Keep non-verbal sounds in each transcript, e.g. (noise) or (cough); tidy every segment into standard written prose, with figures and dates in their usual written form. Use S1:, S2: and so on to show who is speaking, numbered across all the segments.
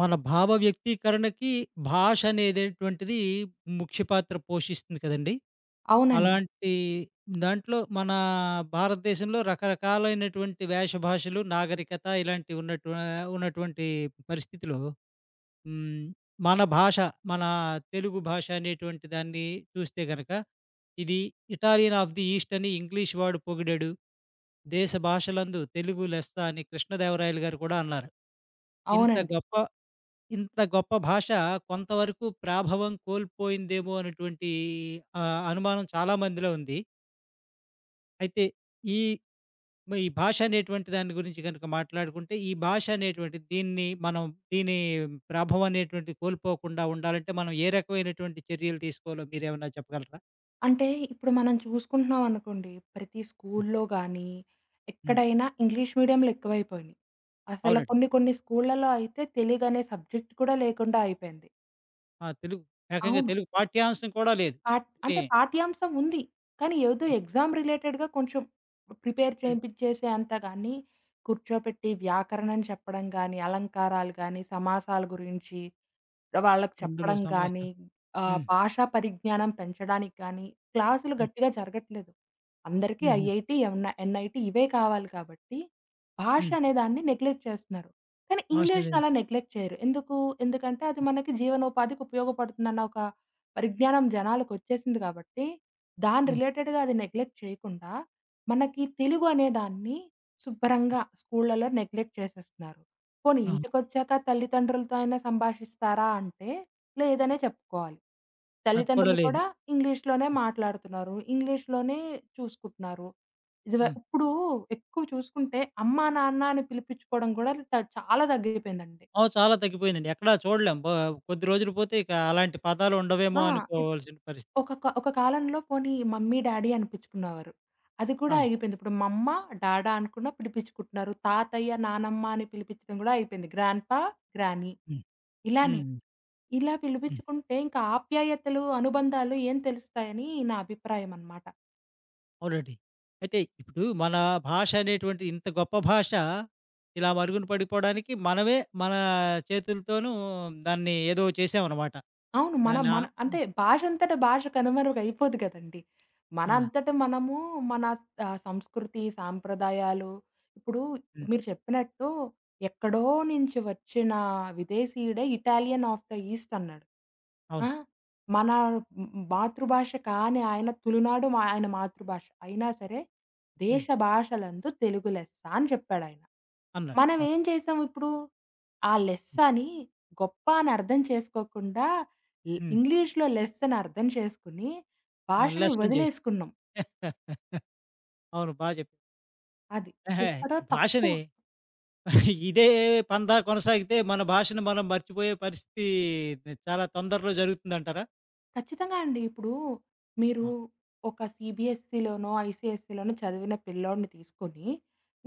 S1: మన భావ వ్యక్తీకరణకి భాష అనేటటువంటిది ముఖ్య పాత్ర పోషిస్తుంది కదండీ!
S2: అవునండి.
S1: అలాంటి దాంట్లో మన భారతదేశంలో రకరకాలైనటువంటి వేష భాషలు, నాగరికత ఇలాంటివి ఉన్నటువంటి పరిస్థితిలో. హ్మ్. మన భాష, మన తెలుగు భాష అనేటువంటి దాన్ని చూస్తే గనక, ఇది ఇటాలియన్ ఆఫ్ ది ఈస్ట్ అని ఇంగ్లీష్ వాడు పొగిడాడు. దేశ భాషలందు తెలుగు లెస్స అని కృష్ణదేవరాయలు గారు కూడా అన్నారు. ఇంత
S2: అవునండి.
S1: గొప్ప ఇంత గొప్ప భాష కొంతవరకు ప్రాభవం కోల్పోయిందేమో అనేటువంటి అనుమానం చాలా మందిలో ఉంది. అయితే ఈ ఈ భాష అనేటువంటి దాని గురించి గనుక మాట్లాడుకుంటే, ఈ భాష అనేటువంటిది దీన్ని మనం దీని ప్రాభవం అనేటువంటిది కోల్పోకుండా ఉండాలంటే మనం ఏ రకమైనటువంటి చర్యలు తీసుకోవాలో మీరేమన్నా చెప్పగలరా?
S2: అంటే ఇప్పుడు మనం చూసుకుంటున్నాం అనుకోండి, ప్రతి
S1: హ్మ్.
S2: స్కూల్లో గానీ,
S1: హ్మ్.
S2: ఎక్కడైనా ఇంగ్లీష్ మీడియంలు ఎక్కువైపోయినియి. అసల
S1: అవునండి.
S2: కొన్ని కొన్ని స్కూళ్ళలో అయితే తెలుగనే సబ్జెక్ట్ కూడా లేకుండా అయిపోయింది.
S1: ఆ! తెలుగు ఏకంగా
S2: అవును.
S1: తెలుగు పాఠ్యాంశం కూడా లేదు.
S2: పాట్
S1: అన్నీ.
S2: అంటే పాఠ్యాంశం ఉంది. కానీ ఏదో ఎగ్జామ్ రిలేటెడ్‌గా కొంచెం ప్రిపేర్
S1: హ్మ్.
S2: చేయింపించేసే అంత గానీ, కూర్చోపెట్టి వ్యాకరణం చెప్పడం గానీ, అలంకారాలు గానీ, సమాసాల గురించి వాళ్ళకి
S1: అందులో
S2: చెప్పడం గానీ,
S1: సమాసాలు. హ్మ్.
S2: భాషా పరిజ్ఞానం పెంచడానికి గానీ, క్లాసులు
S1: హ్మ్.
S2: గట్టిగా జరగట్లేదు. అందరికీ
S1: హుహు.
S2: ఐఐటీ, ఎన్‌ఐటీ ఇవే కావాలి కాబట్టి, భాష
S1: హ్మ్.
S2: అనే దాన్ని నెగ్లెక్ట్ చేస్తున్నారు. కానీ
S1: భాష
S2: ఇంగ్లీష్‌ని
S1: లేదు.
S2: అలా నెగ్లెక్ట్ చేయరు. ఎందుకు? ఎందుకంటే అది మనకి జీవనోపాధికి ఉపయోగపడుతుందన్న ఒక పరిజ్ఞానం జనాలకొచ్చేసింది కాబట్టి, దాని
S1: హ్మ్.
S2: రిలేటెడ్‌గా అది నెగ్లెక్ట్ చేయకుండా, మనకి తెలుగు అనే దాన్ని శుభ్రంగా స్కూళ్ళలో నెగ్లెక్ట్ చేసేస్తున్నారు. పోనీ
S1: ఆహా!
S2: ఇంటికొచ్చాక తల్లిదండ్రులతో అయినా సంభాషిస్తారా అంటే, లేదనే చెప్పుకోవాలి.
S1: అది కూడా
S2: తల్లిదండ్రులు
S1: లేదు.
S2: కూడా ఇంగ్లీష్‌లోనే
S1: హ్మ్.
S2: మాట్లాడుతున్నారు. ఇంగ్లీష్‌లోనే చూసుకుంటున్నారు.
S1: ఆ!
S2: ఇప్పుడు ఎక్కువ చూసుకుంటే అమ్మా, నాన్న అని పిలిపించుకోవడం కూడా చాలా తగ్గిపోయిందండి.
S1: ఓహ్! చాలా తగ్గిపోయిందండి. ఎక్కడా చూడలేం. కొద్ది రోజులు పోతే ఇక అలాంటి పదాలు ఉండవేమో
S2: ఆ! ఇప్
S1: అనుకోవాల్సిన పరిస్థితి.
S2: ఒక కాలంలో పోనీ మమ్మీ, డాడీ అనిపించుకునేవారు. అది కూడా
S1: అవును.
S2: ఆగిపోయింది. ఇప్పుడు మమ్మ, డాడా అనుకున్న పిలిపించుకుంటున్నారు. తాతయ్య, నానమ్మ అని పిలిపించడం కూడా అయిపోయింది. గ్రాండ్‌పా, గ్రానీ
S1: హ్మ్.
S2: ఇలానే.
S1: హ్మ్.
S2: ఇలా
S1: హ్మ్.
S2: పిలిపించుకుంటే ఇంకా ఆప్యాయతలు, అనుబంధాలు ఏం తెలుస్తాయని నా అభిప్రాయం అన్నమాట.
S1: అవునండి. అయితే ఇప్పుడు మన భాష అనేటువంటిది ఇంత గొప్ప భాష ఇలా మరుగున పడిపోవడానికి మనమే మన చేతులతోనూ దాన్ని ఏదో చేసామనమాట.
S2: అవును. మన
S1: దాన్ని. ఆ.
S2: మన అంటే భాషంతట భాష కనుమరుగైపోదు గదండీ! మన
S1: ఆ!
S2: అంతట మనము మన సంస్కృతి, సాంప్రదాయాలు ఇప్పుడు
S1: హ్మ్.
S2: మీరు చెప్పినట్టు ఎక్కడో నుంచి వచ్చిన విదేశీయుడే ఇటాలియన్ ఆఫ్ ద ఈస్ట్ అన్నాడు. ఆ!
S1: అవును.
S2: మన మాతృభాష కాని ఆయన తులునాడు మా ఆయన మాతృభాష. అయినా సరే
S1: హ్మ్.
S2: దేశ భాషలందు తెలుగు లెస్స అని చెప్పాడాయన.
S1: అన్నాడు.
S2: మనం
S1: అవును.
S2: ఏం చేసాం ఇప్పుడు? ఆ
S1: హ్మ్.
S2: లెస్సని గొప్ప అని అర్థం చేసుకోకుండా
S1: హ్మ్.
S2: ఇంగ్లీష్‌లో లెస్ అని అర్థం చేసుకొని,
S1: ఆ!
S2: భాషని
S1: లెస్సన్ చేసి.
S2: వదిలేసుకున్నాం.
S1: (laughs) అవును. బా చెప్పారు.
S2: అది.
S1: (laughs)
S2: ఎక్కడో
S1: ఈ
S2: తక్కువ.
S1: భాషని ఇదే పందా కొనసాగితే మన భాషను మనం మర్చిపోయే పరిస్థితి చాలా తొందరలో జరుగుతుందంటారా?
S2: ఖచ్చితంగా అండి. ఇప్పుడు మీరు
S1: ఆ!
S2: ఒక సీబీఎస్‌ఈలోనో, ఐసీఎస్‌ఈలోనో చదివిన పిల్లోడిని తీసుకొని,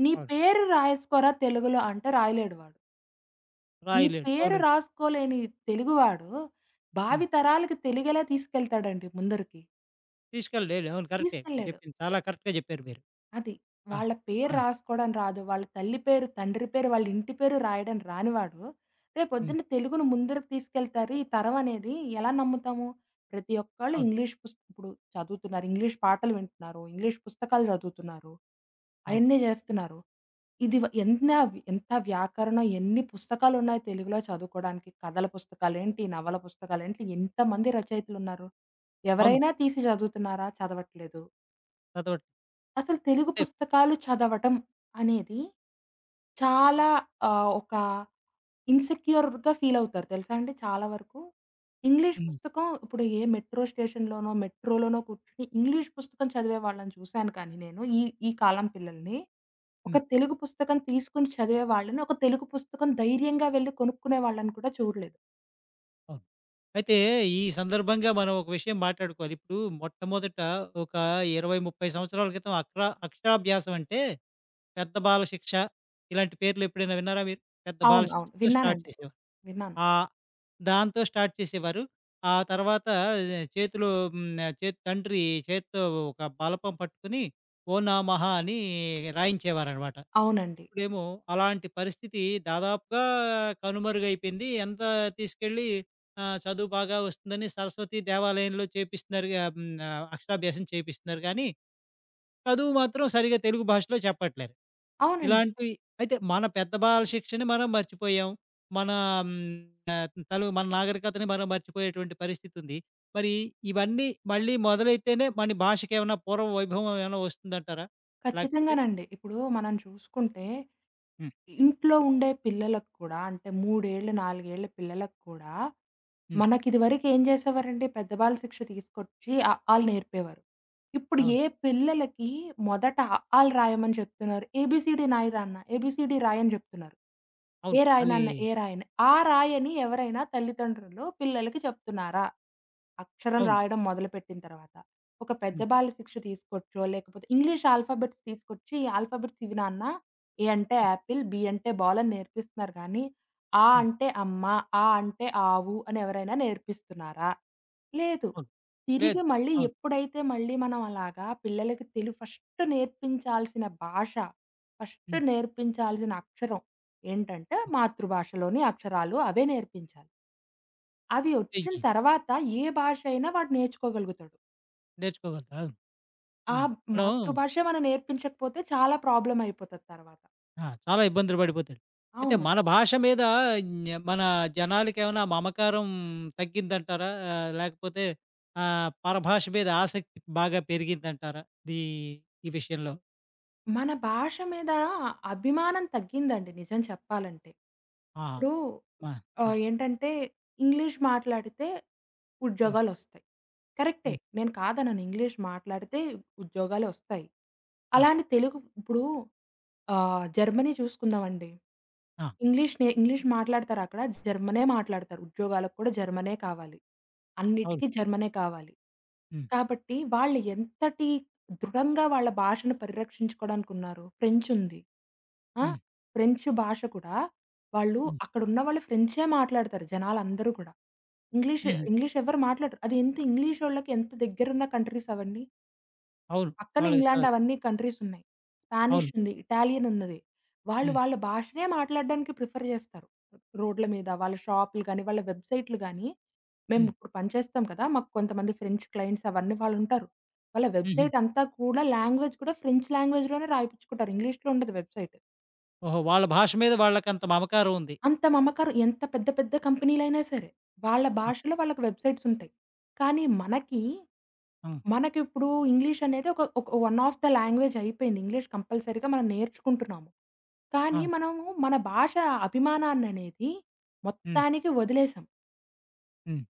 S2: "నీ
S1: అవును.
S2: పేరు రాయేసుకోరా తెలుగులో" అంటే రాయలేడు వాడు. నీ
S1: రాయలేడు.
S2: పేరు
S1: అవునండి.
S2: రాసుకోలేని తెలుగువాడు
S1: హ్మ్.
S2: భావి తరాలకి తెలుగెలా తీసుకెళ్తాడండి ముందరికి?
S1: తీసుకెళ్ళలేడు. అవును, కరెక్టే. మీరు
S2: తీసుకెళ్ళలేడు.
S1: చెప్పింది చాలా కరెక్ట్‌గా చెప్పారు మీరు.
S2: అది.
S1: ఆ!
S2: వాళ్ళ పేరు
S1: ఆ!
S2: రాసుకోవడం రాదు. వాళ్ళ తల్లి పేరు, తండ్రి పేరు, వాళ్ళ ఇంటి పేరు రాయడం రానివాడు,
S1: హ్మ్.
S2: రేపొద్దున్న తెలుగును ముందరకు తీసుకెళ్తారు. ఈ తరం అనేది ఎలా నమ్ముతాము? ప్రతి ఒక్కళ్ళు
S1: అవును.
S2: ఇంగ్లీష్ ఇప్పుడు చదువుతున్నారు. ఇంగ్లీష్ పాటలు వింటున్నారు. ఇంగ్లీష్ పుస్తకాలు చదువుతున్నారు.
S1: అవును.
S2: అయన్నీ జేస్తున్నారు. ఇది వ ఎన్న ఎంత వ్యాకరణం, ఎన్ని పుస్తకాలున్నాయి తెలుగులో చదువుకోవడానికి. కథల పుస్తకాలేంటి, నవల పుస్తకాలేంటి, ఎంతమంది రచయితలున్నారు.
S1: అవును.
S2: ఎవరైనా తీసి చదువుతున్నారా? చదవట్లేదు.
S1: చదవట్లే
S2: అసలు తెలుగు పుస్తకాలు చదవటం అనేది చాలా ఒక ఇన్‌సెక్యూర్‌గా ఫీల్ అవుతారు తెలుసా అండి చాలా వరకు. ఇంగ్లీష్
S1: హ్మ్.
S2: పుస్తకం ఇప్పుడు ఏ మెట్రో స్టేషన్‌లోనో, మెట్రో‌లోనో కూర్చొని ఇంగ్లీష్ పుస్తకం చదివే వాళ్ళని చూసాను కానీ నేను ఈ ఈ కాలం పిల్లల్ని. ఒక
S1: హ్మ్.
S2: తెలుగు పుస్తకం తీసుకొని చదివే వాళ్ళని, ఒక తెలుగు పుస్తకం ధైర్యంగా వెళ్లి కొనుక్కునే వాళ్ళని కూడా చూడలేదు.
S1: అవును. అయితే ఈ సందర్భంగా మనం ఒక విషయం మాట్లాడుకోవాలి. ఇప్పుడు మొట్టమొదట ఒక 20, 30 సంవత్సరాల క్రితం అక్షరాభ్యాసం అంటే పెద్ద బాల శిక్ష ఇలాంటి పేర్లు ఎప్పుడైనా విన్నారా మీరు? పెద్ద బాల
S2: అవును. అవును.
S1: శిక్షతో స్టార్ట్
S2: విన్నానండి.
S1: చేసేవారు.
S2: విన్నాను.
S1: ఆహ్, దాంతో స్టార్ట్ చేసేవారు. ఆ తర్వాత చేతిలో. హ్మ్. చేతి తండ్రి చేత్తో ఒక బలపం పట్టుకొని ఓ నా మహా అని రాయించేవారనమాట.
S2: అవునండి.
S1: ఇప్పుడేమో అలాంటి పరిస్థితి దాదాపుగా కనుమరుగైపోయింది. ఎంత తీసుకెళ్ళి ఆహ్, చదువు బాగా వస్తుందని సరస్వతి దేవాలయంలో చేపిస్తున్నారు. ఆహ్, హ్మ్. అక్షరాభ్యాసం చేపిస్తున్నారు గానీ, చదువు మాత్రం సరిగ్గా తెలుగు భాషలో చెప్పట్లేరు.
S2: అవునండి.
S1: ఇలాంటివి, అయితే మన పెద్ద బాల శిక్షని మనం మర్చిపోయాం. మన, హ్మ్, ఆహ్, తలు మన నాగరికతని మనం మర్చిపోయేటువంటి పరిస్థితుంది. మరి ఇవన్నీ మళ్ళీ మొదలైతేనే మన భాషకేమన్నా పూర్వ వైభవం ఏమైనా వస్తుందంటారా? లేకపోతే.
S2: ఖచ్చితంగానండి. ఇప్పుడు మనం చూసుకుంటే
S1: హ్మ్.
S2: ఇంట్లో ఉండే పిల్లలకు కూడా అంటే 3 ఏళ్ళు, 4 ఏళ్ల పిల్లలకు కూడా
S1: హ్మ్.
S2: మనకిదివరకు ఏం చేసేవారంటే పెద్ద బాల శిక్ష తీసుకొచ్చి అ, ఆలు నేర్పేవారు. ఇప్పుడు
S1: అవును.
S2: ఏ పిల్లలకి మొదట అ, ఆలు రాయమని చెప్తున్నారు. ఏబీసీడీ నాయి రా అన్న, ఏబీసీడీ రాయని చెప్తున్నారు.
S1: అవును.
S2: ఏ రాయి
S1: అది.
S2: నాన్న, ఏ రాయని. ఆ రాయని ఎవరైనా తల్లిదండ్రులు పిల్లలకి చెప్తున్నారా? అక్షరం
S1: అవును.
S2: రాయడం మొదలుపెట్టిన తర్వాత, ఒక పెద్ద
S1: హ్మ్.
S2: బాల శిక్ష తీసుకొచ్చో, లేకపోతే ఇంగ్లీష్ ఆల్ఫాబెట్స్ తీసుకొచ్చి, "ఆల్ఫాబెట్స్ ఇవి నాన్న. ఏ అంటే
S1: హ్మ్.
S2: యాపిల్, బి అంటే బాల్" అని నేర్పిస్తున్నారు గానీ, ఆ
S1: హ్మ్.
S2: అంటే అమ్మ, ఆ అంటే ఆవు అని ఎవరైనా నేర్పిస్తున్నారా? లేదు.
S1: అవును.
S2: తిరిగి
S1: లేదు.
S2: మళ్ళీ
S1: అవును.
S2: ఎప్పుడైతే మళ్ళీ మనం అలాగా పిల్లలకి ఫస్ట్ నేర్పించాల్సిన భాష, ఫస్ట్
S1: హ్మ్.
S2: నేర్పించాల్సిన అక్షరం ఏంటంటే,
S1: హ్మ్.
S2: మాతృభాషలోని అక్షరాలు అవే నేర్పించాలి. అవి ఒచ్చిన
S1: చెయ్యి.
S2: తర్వాత ఏ భాష అయినా వాడు నేర్చుకోగలుగుతాడు.
S1: నేర్చుకోగలుగుతారు. అవును.
S2: ఆ
S1: హ్మ్. మనం.
S2: మాతృభాష మనం నేర్పించకపోతే చాలా ప్రాబ్లమ్ అయిపోతది తర్వాత.
S1: ఆ! చాలా ఇబ్బందులు పడిపోతాడు. అయితే
S2: అవునండి.
S1: మన భాష మీద మన జనాలకేమైనా మమకారం తగ్గిందంటారా? ఆహ్, లేకపోతే ఆహ్, పరభాష మీద ఆసక్తి బాగా పెరిగిందంటారా? దీ ఈ విషయంలో?
S2: మన భాష మీద అభిమానం తగ్గిందండి నిజం చెప్పాలంటే.
S1: ఆ!
S2: ఇప్పుడు
S1: ఆ! ఆ!
S2: ఏంటంటే ఇంగ్లీష్ మాట్లాడితే
S1: హ్మ్.
S2: ఉద్యోగాలొస్తాయి. కరెక్టే.
S1: హ్మ్.
S2: నేను కాదనను ఇంగ్లీష్ మాట్లాడితే ఉద్యోగాలే ఒస్తాయి. అలా
S1: హ్మ్.
S2: అని తెలుగు ఇప్పుడు జర్మనీ చూసుకుందామండి.
S1: ఆ!
S2: ఇంగ్లీష్ మాట్లాడతారక్కడ. జర్మనే మాట్లాడతారు. ఉద్యోగాలకు కూడా జర్మనే కావాలి.
S1: అవును.
S2: అన్నిటికి జర్మనే కావాలి.
S1: హ్మ్.
S2: కాబట్టి వాళ్ళు ఎంతటి దృఢంగా వాళ్ళ భాషను పరిరక్షించుకోవడానికున్నారు. ఫ్రెంచ్ ఉంది. ఆ!
S1: హ్మ్.
S2: ఫ్రెంచ్ భాష కూడా
S1: హ్మ్.
S2: అక్కడున్న వాళ్ళు ఫ్రెంచే మాట్లాడతారు జనాలందరూ కూడా. ఇంగ్లీష్,
S1: హుహు.
S2: ఇంగ్లీష్ ఎవరు మాట్లాడరు. అది ఎంత ఇంగ్లీషోళ్ళకి ఎంత దగ్గరున్న కంట్రీస్ అవన్నీ.
S1: అవును.
S2: పక్కన
S1: వాళ్ళకి
S2: ఇంగ్లాండ్
S1: చాలా.
S2: అవన్నీ కంట్రీస్ ఉన్నాయి. స్పానిష్
S1: అవును.
S2: ఉంది. ఇటాలియన్ ఉన్నది. వాళ్ళు
S1: హ్మ్.
S2: వాళ్ళ భాషనే మాట్లాడడానికి ప్రిఫర్ చేస్తారు. రోడ్ల మీద వాళ్ళ షాపులు గాని, వాళ్ళ వెబ్‌సైట్‌లు గాని మేము
S1: హ్మ్.
S2: ఇప్పుడు పనిచేస్తాం కదా! మాకు కొంతమంది ఫ్రెంచ్ క్లయింట్స్ అవన్నీ వాళ్ళుంటారు. వాళ్ళ
S1: హుహు.
S2: వెబ్‌సైట్ అంతా కూడా లాంగ్వేజ్ కూడా ఫ్రెంచ్ లాంగ్వేజ్‌లోనే రాయిపిచ్చుకుంటారు. ఇంగ్లీష్‌లో ఉండదు వెబ్‌సైట్.
S1: ఓహో! వాళ్ళ భాష మీద వాళ్ళకంత మమకారం ఉంది.
S2: అంత మమకారం ఎంత పెద్ద పెద్ద కంపెనీలైనా సరే వాళ్ళ
S1: ఆ!
S2: భాషలో వాళ్ళకి వెబ్‌సైట్స్ ఉంటాయి. కానీ మనకి
S1: హ్మ్.
S2: మనకిప్పుడు ఇంగ్లీష్ అనేది ఒక ఒక వన్ ఆఫ్ ద లాంగ్వేజ్ అయిపోయింది. ఇంగ్లీష్ కంపల్సరీగా మనం నేర్చుకుంటున్నాము. కానీ
S1: అవును.
S2: మనము మన భాష అభిమానాన్ననేది
S1: హ్మ్.
S2: మొత్తానికి వదిలేసాం.
S1: హ్మ్.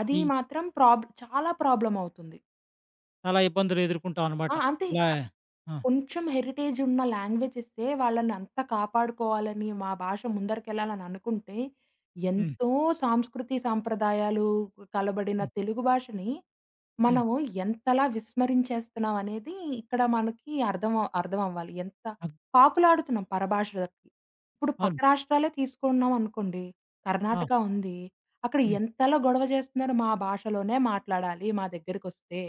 S2: అది
S1: ఈ
S2: మాత్రం చాలా ప్రాబ్లమ్ అవుతుంది.
S1: చాలా ఇబ్బందులు
S2: ఆ!
S1: ఎదుర్కొంటామనమాట.
S2: అంతే.
S1: ఇలా.
S2: అ
S1: ఆ!
S2: కొంచెం హెరిటేజ్ ఉన్న లాంగ్వేజెసే వాళ్ళని అంత కాపాడుకోవాలని, మా భాష ముందరికెళ్ళాలని అనుకుంటే,
S1: హ్మ్.
S2: ఎంతో సాంస్కృతి, సాంప్రదాయాలు కలబడిన
S1: హ్మ్.
S2: తెలుగు భాషని
S1: హ్మ్.
S2: మనము ఎంతలా విస్మరించేస్తున్నాం అనేది ఇక్కడ మనకి అర్థం అవ్వాలి. ఎంత
S1: అగ్
S2: పాకులాడుతున్నాం పరభాషలకి. ఇప్పుడు పక్క
S1: అవును.
S2: రాష్ట్రాలే తీసుకున్నాం అనుకోండి.
S1: ఆ!
S2: కర్ణాటక ఉంది. అక్కడ
S1: హ్మ్.
S2: ఎంతలా గొడవ చేస్తున్నారు. మా భాషలోనే మాట్లాడాలి మా దగ్గరికొస్తే.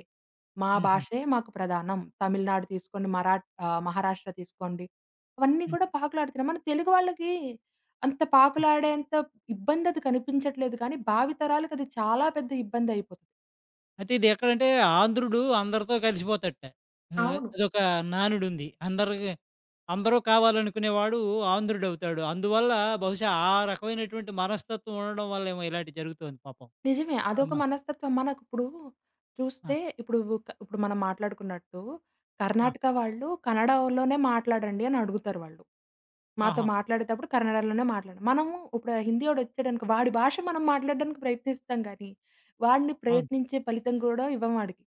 S2: మా
S1: హుహు.
S2: భాషే మాకు ప్రధానం. తమిళనాడు తీసుకోండి, మహారాష్ట్ర తీసుకోండి. అవన్నీ
S1: హ్మ్.
S2: కూడా పాకులాడుతున్నాం. మన తెలుగు వాళ్ళకి అంత
S1: హ్మ్.
S2: పాకులాడేంత ఇబ్బంది అది కనిపించట్లేదు కానీ, భావితరాలకి అది చాలా పెద్ద ఇబ్బందయిపోతుంది.
S1: అయితే ఇది ఎక్కడంటే ఆంధ్రుడు అందరితో కలిసిపోతాడట. ఆహ్,
S2: అవును.
S1: అదొక నానుడుంది. అందరికి అందరూ కావాలనుకునేవాడు ఆంధ్రుడవుతాడు. అందువల్ల బహుశా ఆ రకమైనటువంటి మనస్తత్వం ఉండడం వల్లేమో ఇలాంటివి జరుగుతోంది పాపం.
S2: నిజమే.
S1: ఆమ
S2: అదొక మనస్తత్వం. మనకిప్పుడు
S1: ఆ!
S2: చూస్తే ఇప్పుడు ఇప్పుడు మనం మాట్లాడుకున్నట్టు
S1: ఆ!
S2: కర్ణాటక వాళ్ళు కన్నడలోనే మాట్లాడండి అని అడుగుతారు వాళ్ళు. మాతో
S1: ఆహా!
S2: మాట్లాడేటప్పుడు కన్నడలోనే మాట్లాడ మనము ఇప్పుడు హిందీవోడొచ్చాడనుకో వాడి భాష మనం మాట్లాడడానికి ప్రయత్నిస్తాం గానీ, వాడిని
S1: అవును.
S2: ప్రయత్నించే ఫలితం గూడా ఇవ్వం వాడికి.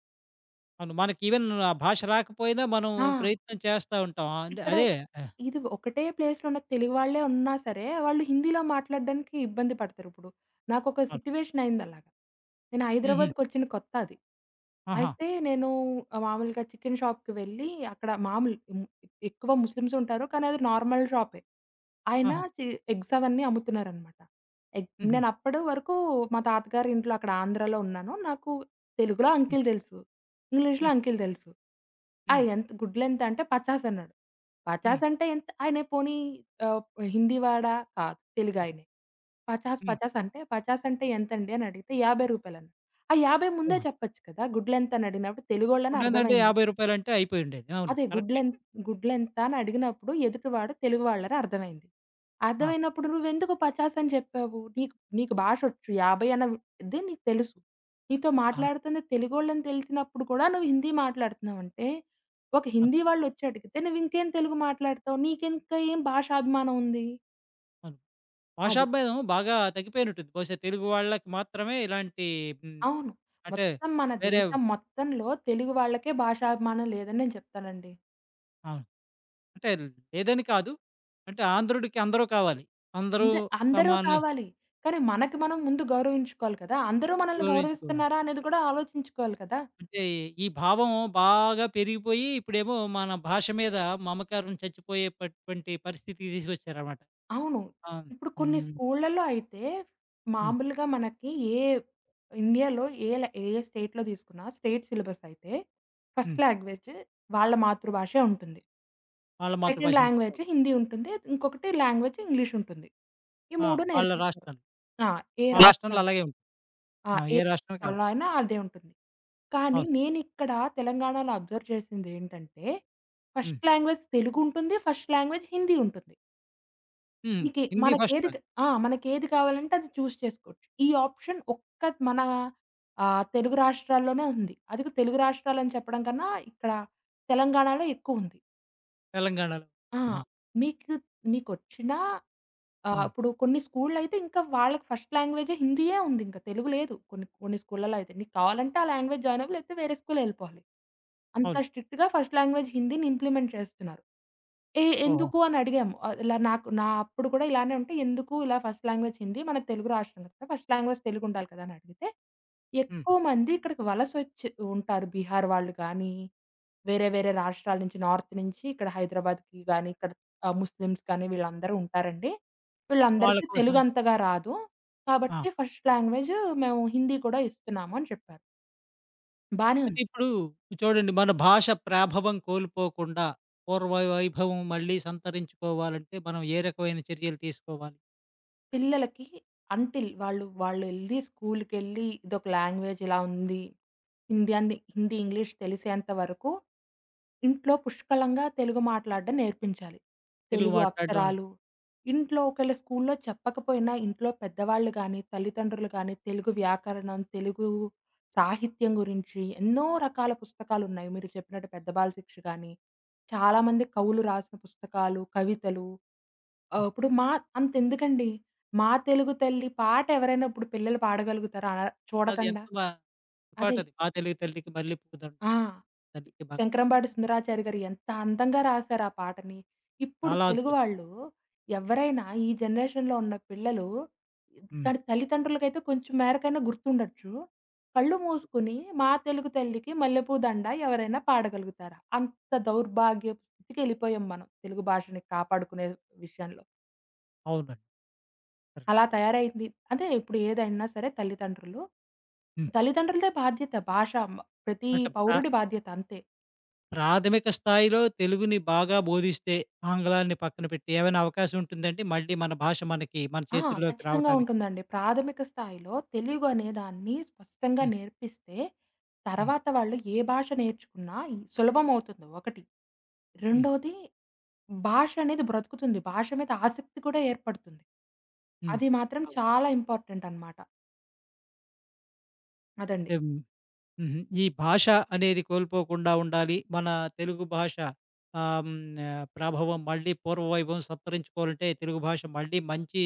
S1: అవును. మనకి ఈవెన్ ఆ భాష రాకపోయినా మనం
S2: ఆ!
S1: ప్రయత్నం చేస్తా ఉంటాం. ఆ, అంటే
S2: ఇక్కడ
S1: అదే. ఆహ్,
S2: ఇది ఒకటే ప్లేస్‌లో ఉన్న తెలుగు వాళ్ళే ఉన్నా సరే, వాళ్ళు హిందీలో మాట్లాడడానికి ఇబ్బంది పడతారిప్పుడు. నాకొక
S1: అవును.
S2: సిట్యుయేషన్ అయిందలాగా. నేను
S1: హుహు.
S2: హైదరాబాద్‌కొచ్చిన కొత్త అది.
S1: ఆహా!
S2: అయితే నేను మామూలుగా చికెన్ షాప్‌కి వెళ్ళి అక్కడ మామూలు ఎక్కువ ముస్లిమ్స్ ఉంటారు. కానీ అది నార్మల్ షాపే. ఆయన
S1: ఆహా!
S2: చి ఎగ్స్ అవన్నీ అమ్ముతున్నారనమాట. ఎగ్
S1: హుహు.
S2: నేనప్పడు వరకు మా తాతగారి ఇంట్లో అక్కడ ఆంధ్రాలో ఉన్నాను. నాకు తెలుగులో
S1: హ్మ్.
S2: అంకిల్ తెలుసు. ఇంగ్లీష్‌లో
S1: హ్మ్.
S2: అంకిల్ తెలుసు. ఆ!
S1: హ్మ్.
S2: ఎంత గుడ్లెంత అంటే పచాస్ అన్నాడు.
S1: హ్మ్.
S2: పచాస్ అంటే ఎంత ఆయన పోనీ ఆహ్, హిందీ వాడా? కాదు.
S1: హ్మ్.
S2: తెలుగాయనే. 50, 50
S1: హ్మ్.
S2: అంటే, "పచాస్ అంటే ఎంతండి?" అని అడిగితే, "రూ. 50" అన్నాడు. ఆ 50 ముందే
S1: ఓహ్!
S2: చెప్పొచ్చు కదా! గుడ్లెంతని అడిగినప్పుడు తెలుగోళ్ళని
S1: ఫుడ్డంతంటే రూ.
S2: అర్థమైంది.
S1: 50 అయిపోయుండేది. అవును,
S2: అదే
S1: కరెక్టే.
S2: గుడ్లెం గుడ్లెంత అని అడిగినప్పుడు ఎదుటివాడు తెలుగు వాళ్ళని అర్థమైంది.
S1: ఆ!
S2: అర్థమైనప్పుడు "నువ్వెందుకు 50 అని చెప్పావు? నీకు నీకు భాషొచ్చు 50 అన్నది నీకు తెలుసు. నీతో
S1: ఆహా!
S2: మాట్లాడుతున్న తెలుగోళ్ళని తెలిసినప్పుడు కూడా నువ్వు హిందీ మాట్లాడుతున్నావంటే, ఒక
S1: ఆ!
S2: హిందీ వాళ్ళొచ్చి అడిగితే నువ్వింకేం తెలుగు మాట్లాడతావు? నీకింకా ఏం భాషాభిమానం ఉంది?"
S1: అవును.
S2: అది.
S1: భాషాభేదం బాగా తగ్గిపోయినట్టుంది. బహుశా తెలుగు వాళ్ళకి మాత్రమే ఇలాంటి. హ్మ్,
S2: అవును.
S1: అంటే
S2: మొత్తం మన
S1: వేరే.
S2: దేశం మొత్తంలో తెలుగు వాళ్ళకే భాషాభిమానం లేదని నేను చెప్తానండి.
S1: అవును. అంటే లేదని కాదు. అంటే ఆంధ్రుడికి అందరూ కావాలి. అందరూ
S2: అంతే. అందరూ
S1: సమాన
S2: కావాలి. కానీ మనకి మనం ముందు గౌరవించుకోవాలి కదా! అందరూ మనల్ని
S1: గౌరవించుకోవాలి.
S2: గౌరవిస్తున్నారా అనేది కూడా ఆలోచించుకోవాలి కదా!
S1: అంటే ఈ భావం బాగా పెరిగిపోయి, ఇప్పుడేమో మన భాష మీద మమకారం చచ్చిపోయేటటువంటి పరిస్థితికి తీసుకొచ్చారనమాట.
S2: అవును.
S1: ఆ!
S2: ఇప్పుడు కొన్ని
S1: హ్మ్.
S2: స్కూళ్ళలో అయితే
S1: హ్మ్.
S2: మామూలుగా మనకి ఏ ఇండియాలో ఏ స్టేట్‌లో తీసుకున్నా స్టేట్ సిలబస్ అయితే ఫస్ట్
S1: హ్మ్.
S2: లాంగ్వేజ్ వాళ్ళ మాతృభాషే ఉంటుంది.
S1: వాళ్ళ
S2: సెకండ్
S1: మాతృభాష
S2: లాంగ్వేజ్
S1: నేర్చుకోవాలి.
S2: హిందీ ఉంటుంది. ఇంకొకటి లాంగ్వేజ్ ఇంగ్లీష్ ఉంటుంది. ఈ
S1: ఆ!
S2: 3
S1: వాళ్ళ
S2: నేర్పిస్తారు.
S1: రాష్ట్రం.
S2: ఆ! ఏ
S1: వాళ్ళ రాష్ట్రంలో
S2: రాష్ట్రం
S1: అలాగే
S2: ఆ!
S1: ఆ!
S2: ఏ
S1: ఏ రాష్ట్రం కాదు.
S2: అలా అయినా అదే ఉంటుంది. కానీ
S1: అవును.
S2: నేనిక్కడ తెలంగాణలో అబ్జర్వ్ చేసిందేంటంటే, ఫస్ట్
S1: హ్మ్.
S2: లాంగ్వేజ్ తెలుగుంటుంది. ఫస్ట్ లాంగ్వేజ్ హిందీ ఉంటుంది.
S1: హుహు.
S2: నీకే
S1: హిందీ ఫస్ట్
S2: మనకేది క-
S1: రాదు
S2: ఆ! మనకేది కావాలంటే అది చూజ్ చేసుకోవచ్చు. ఈ ఆప్షన్ ఒక్క మన తెలుగు రాష్ట్రాల్లోనే ఉంది. అది కూడా తెలుగు రాష్ట్రాలని చెప్పడం కన్నా ఇక్కడ తెలంగాణలో ఎక్కువుంది.
S1: తెలంగాణలో.
S2: ఆ!
S1: ఆహా!
S2: మీకు మీకొచ్చినా ఆ!
S1: ఆ!
S2: అప్పుడు కొన్ని స్కూల్‌లయితే ఇంకా వాళ్ళకి ఫస్ట్ లాంగ్వేజే హిందీయే ఉంది ఇంకా తెలుగు లేదు. కొన్ని కొన్ని స్కూల్‌లలో అయితే. నీకు కావాలంటే ఆ లాంగ్వేజ్ జాయిన్ అవ్వు లేకపోతే వేరే స్కూల్ ఎళ్ళిపోవాలి. అంత
S1: అవును.
S2: స్ట్రిక్ట్‌గా ఫస్ట్ లాంగ్వేజ్ హిందీని ఇంప్లిమెంట్ చేస్తున్నారు.
S1: ఓహో!
S2: ఎందుకు అని అడిగాము. ఇలా నాకు నా అప్పుడు కూడా ఇలానే ఉంటే ఎందుకు ఇలా ఫస్ట్ లాంగ్వేజ్ హిందీ మన తెలుగు రాష్ట్రం కదా! ఫస్ట్ లాంగ్వేజ్ తెలుగు ఉండాలి కదా! అని అడిగితే
S1: హ్మ్.
S2: ఎక్కువ మంది ఇక్కడికి వలసొచ్చి ఉంటారు. బీహార్ వాళ్ళు గానీ, వేరే వేరే రాష్ట్రాల నుంచి నార్త్ నుంచి ఇక్కడ హైదరాబాద్‌కి గానీ, ఇక్కడ ముస్లిమ్స్ కానీ వీళ్ళందరూ ఉంటారండి.
S1: వాళ్ళ
S2: వీళ్ళందరికీ
S1: కోసమే.
S2: తెలుగంతగా రాదు.
S1: ఆ!
S2: కాబట్టి ఫస్ట్ లాంగ్వేజ్ మేము హిందీ కూడా ఇస్తున్నాము అని చెప్పారు. బానే
S1: అయితే
S2: ఉంది.
S1: ఇప్పుడు చూడండి, మన భాష ప్రాభవం కోల్పోకుండా పూర్వ వైభవం మళ్ళీ సంతరించుకోవాలంటే మనం ఏ రకమైన చర్యలు తీసుకోవాలి?
S2: పిల్లలకి అంటిల్ వాళ్ళు వాళ్ళెళ్లి స్కూలుకెళ్ళి ఇదొక లాంగ్వేజ్ ఇలా ఉంది. హిందీ అని హిందీ, ఇంగ్లీష్ తెలిసేంత వరకు ఇంట్లో పుష్కలంగా తెలుగు మాట్లాడడం నేర్పించాలి.
S1: తెలుగు
S2: తెలుగు
S1: మాట్లాడడం అనేది.
S2: అక్షరాలు, ఇంట్లో ఒకేళ స్కూల్లో చెప్పకపోయినా ఇంట్లో పెద్దవాళ్ళు గానీ, తల్లిదండ్రులు గానీ, తెలుగు వ్యాకరణం, తెలుగు సాహిత్యం గురించి ఎన్నో రకాల పుస్తకాలున్నాయి. మీరు చెప్పినట్టు 'పెద్ద బాల శిక్ష' గానీ, చాలామంది కవులు రాసిన పుస్తకాలు, కవితలు.
S1: అవును.
S2: ఇప్పుడు మా అంతెందుకండి, 'మా తెలుగు తల్లి' పాట ఎవరైనా ఇప్పుడు పిల్లలు పాడగలుగుతారా?
S1: అది
S2: చూడకండా.
S1: ఎంత బా
S2: అదే
S1: పాటది. మా తెలుగు తల్లికి మల్లె పువ్వు దండ,
S2: ఆ!
S1: తల్లికి బంగారు
S2: శంకరంపాటి సుందరాచారి గారు ఎంత అందంగా రాసారు ఆ పాటని. ఇప్పుడు
S1: చాలా
S2: తెలుగు
S1: అద్భుతం.
S2: వాళ్ళు ఎవరైనా ఈ జనరేషన్‌లో ఉన్న పిల్లలు
S1: హ్మ్.
S2: కానీ తల్లిదండ్రులకైతే కొంచెం మేరకైనా గుర్తుండొచ్చు. కళ్ళు మూసుకొని "మా తెలుగు తల్లికి మల్లెపూ దండ" ఎవరైనా పాడగలుగుతారా? అంత దౌర్భాగ్యపు స్థితికెళ్ళిపోయాం మనం తెలుగు భాషని కాపాడుకునే విషయంలో.
S1: అవునండి. కరెక్ట్.
S2: అలా తయారైంది. అదే ఇప్పుడు ఏదైనా సరే తల్లిదండ్రులు.
S1: హ్మ్.
S2: తల్లిదండ్రులదే బాధ్యత భాష. ప్రతి
S1: అంటే ప్ర
S2: పౌరుడి బాధ్యత అంతే.
S1: ప్రాథమిక స్థాయిలో తెలుగుని బాగా బోధిస్తే, ఆంగ్లాన్ని పక్కన పెట్టి ఏమైనా అవకాశం ఉంటుందండి? మళ్ళీ మన భాష మనకి మన
S2: ఆ!
S1: చేతుల్లోకి
S2: ఖచ్చితంగా
S1: రావటానికి?
S2: ఉంటుందండి. ప్రాథమిక స్థాయిలో తెలుగు అనే దాన్ని స్పష్టంగా
S1: హ్మ్.
S2: నేర్పిస్తే,
S1: హ్మ్.
S2: తర్వాత వాళ్ళు ఏ భాష నేర్చుకున్నా ఈ సులభమవుతుంది ఒకటి.
S1: హ్మ్.
S2: రెండోది భాష అనేది బ్రతుకుతుంది. భాష మీద ఆసక్తి కూడా ఏర్పడుతుంది.
S1: హ్మ్.
S2: అది మాత్రం
S1: అవును.
S2: చాలా ఇంపార్టెంట్ అన్నమాట. అదండి.
S1: హ్మ్. హుహు. ఈ భాష అనేది కోల్పోకుండా ఉండాలి. మన తెలుగు భాష ఆహ్, హ్మ్, ఆహ్, ప్రభావం మళ్ళీ పూర్వవైభవం సంతరించుకోవాలంటే, తెలుగు భాష మళ్ళీ మంచి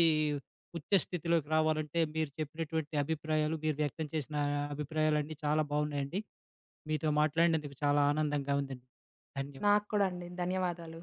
S1: ఉచ్చ స్థితిలోకి రావాలంటే, మీరు చెప్పినటువంటి అభిప్రాయాలు, మీరు వ్యక్తం చేసిన అభిప్రాయాలన్నీ చాలా బావున్నాయండి. మీతో మాట్లాడినందుకు చాలా ఆనందంగా ఉందండి. ధన్యవాదాలు.
S2: నాకు కూడా అండి. ధన్యవాదాలు.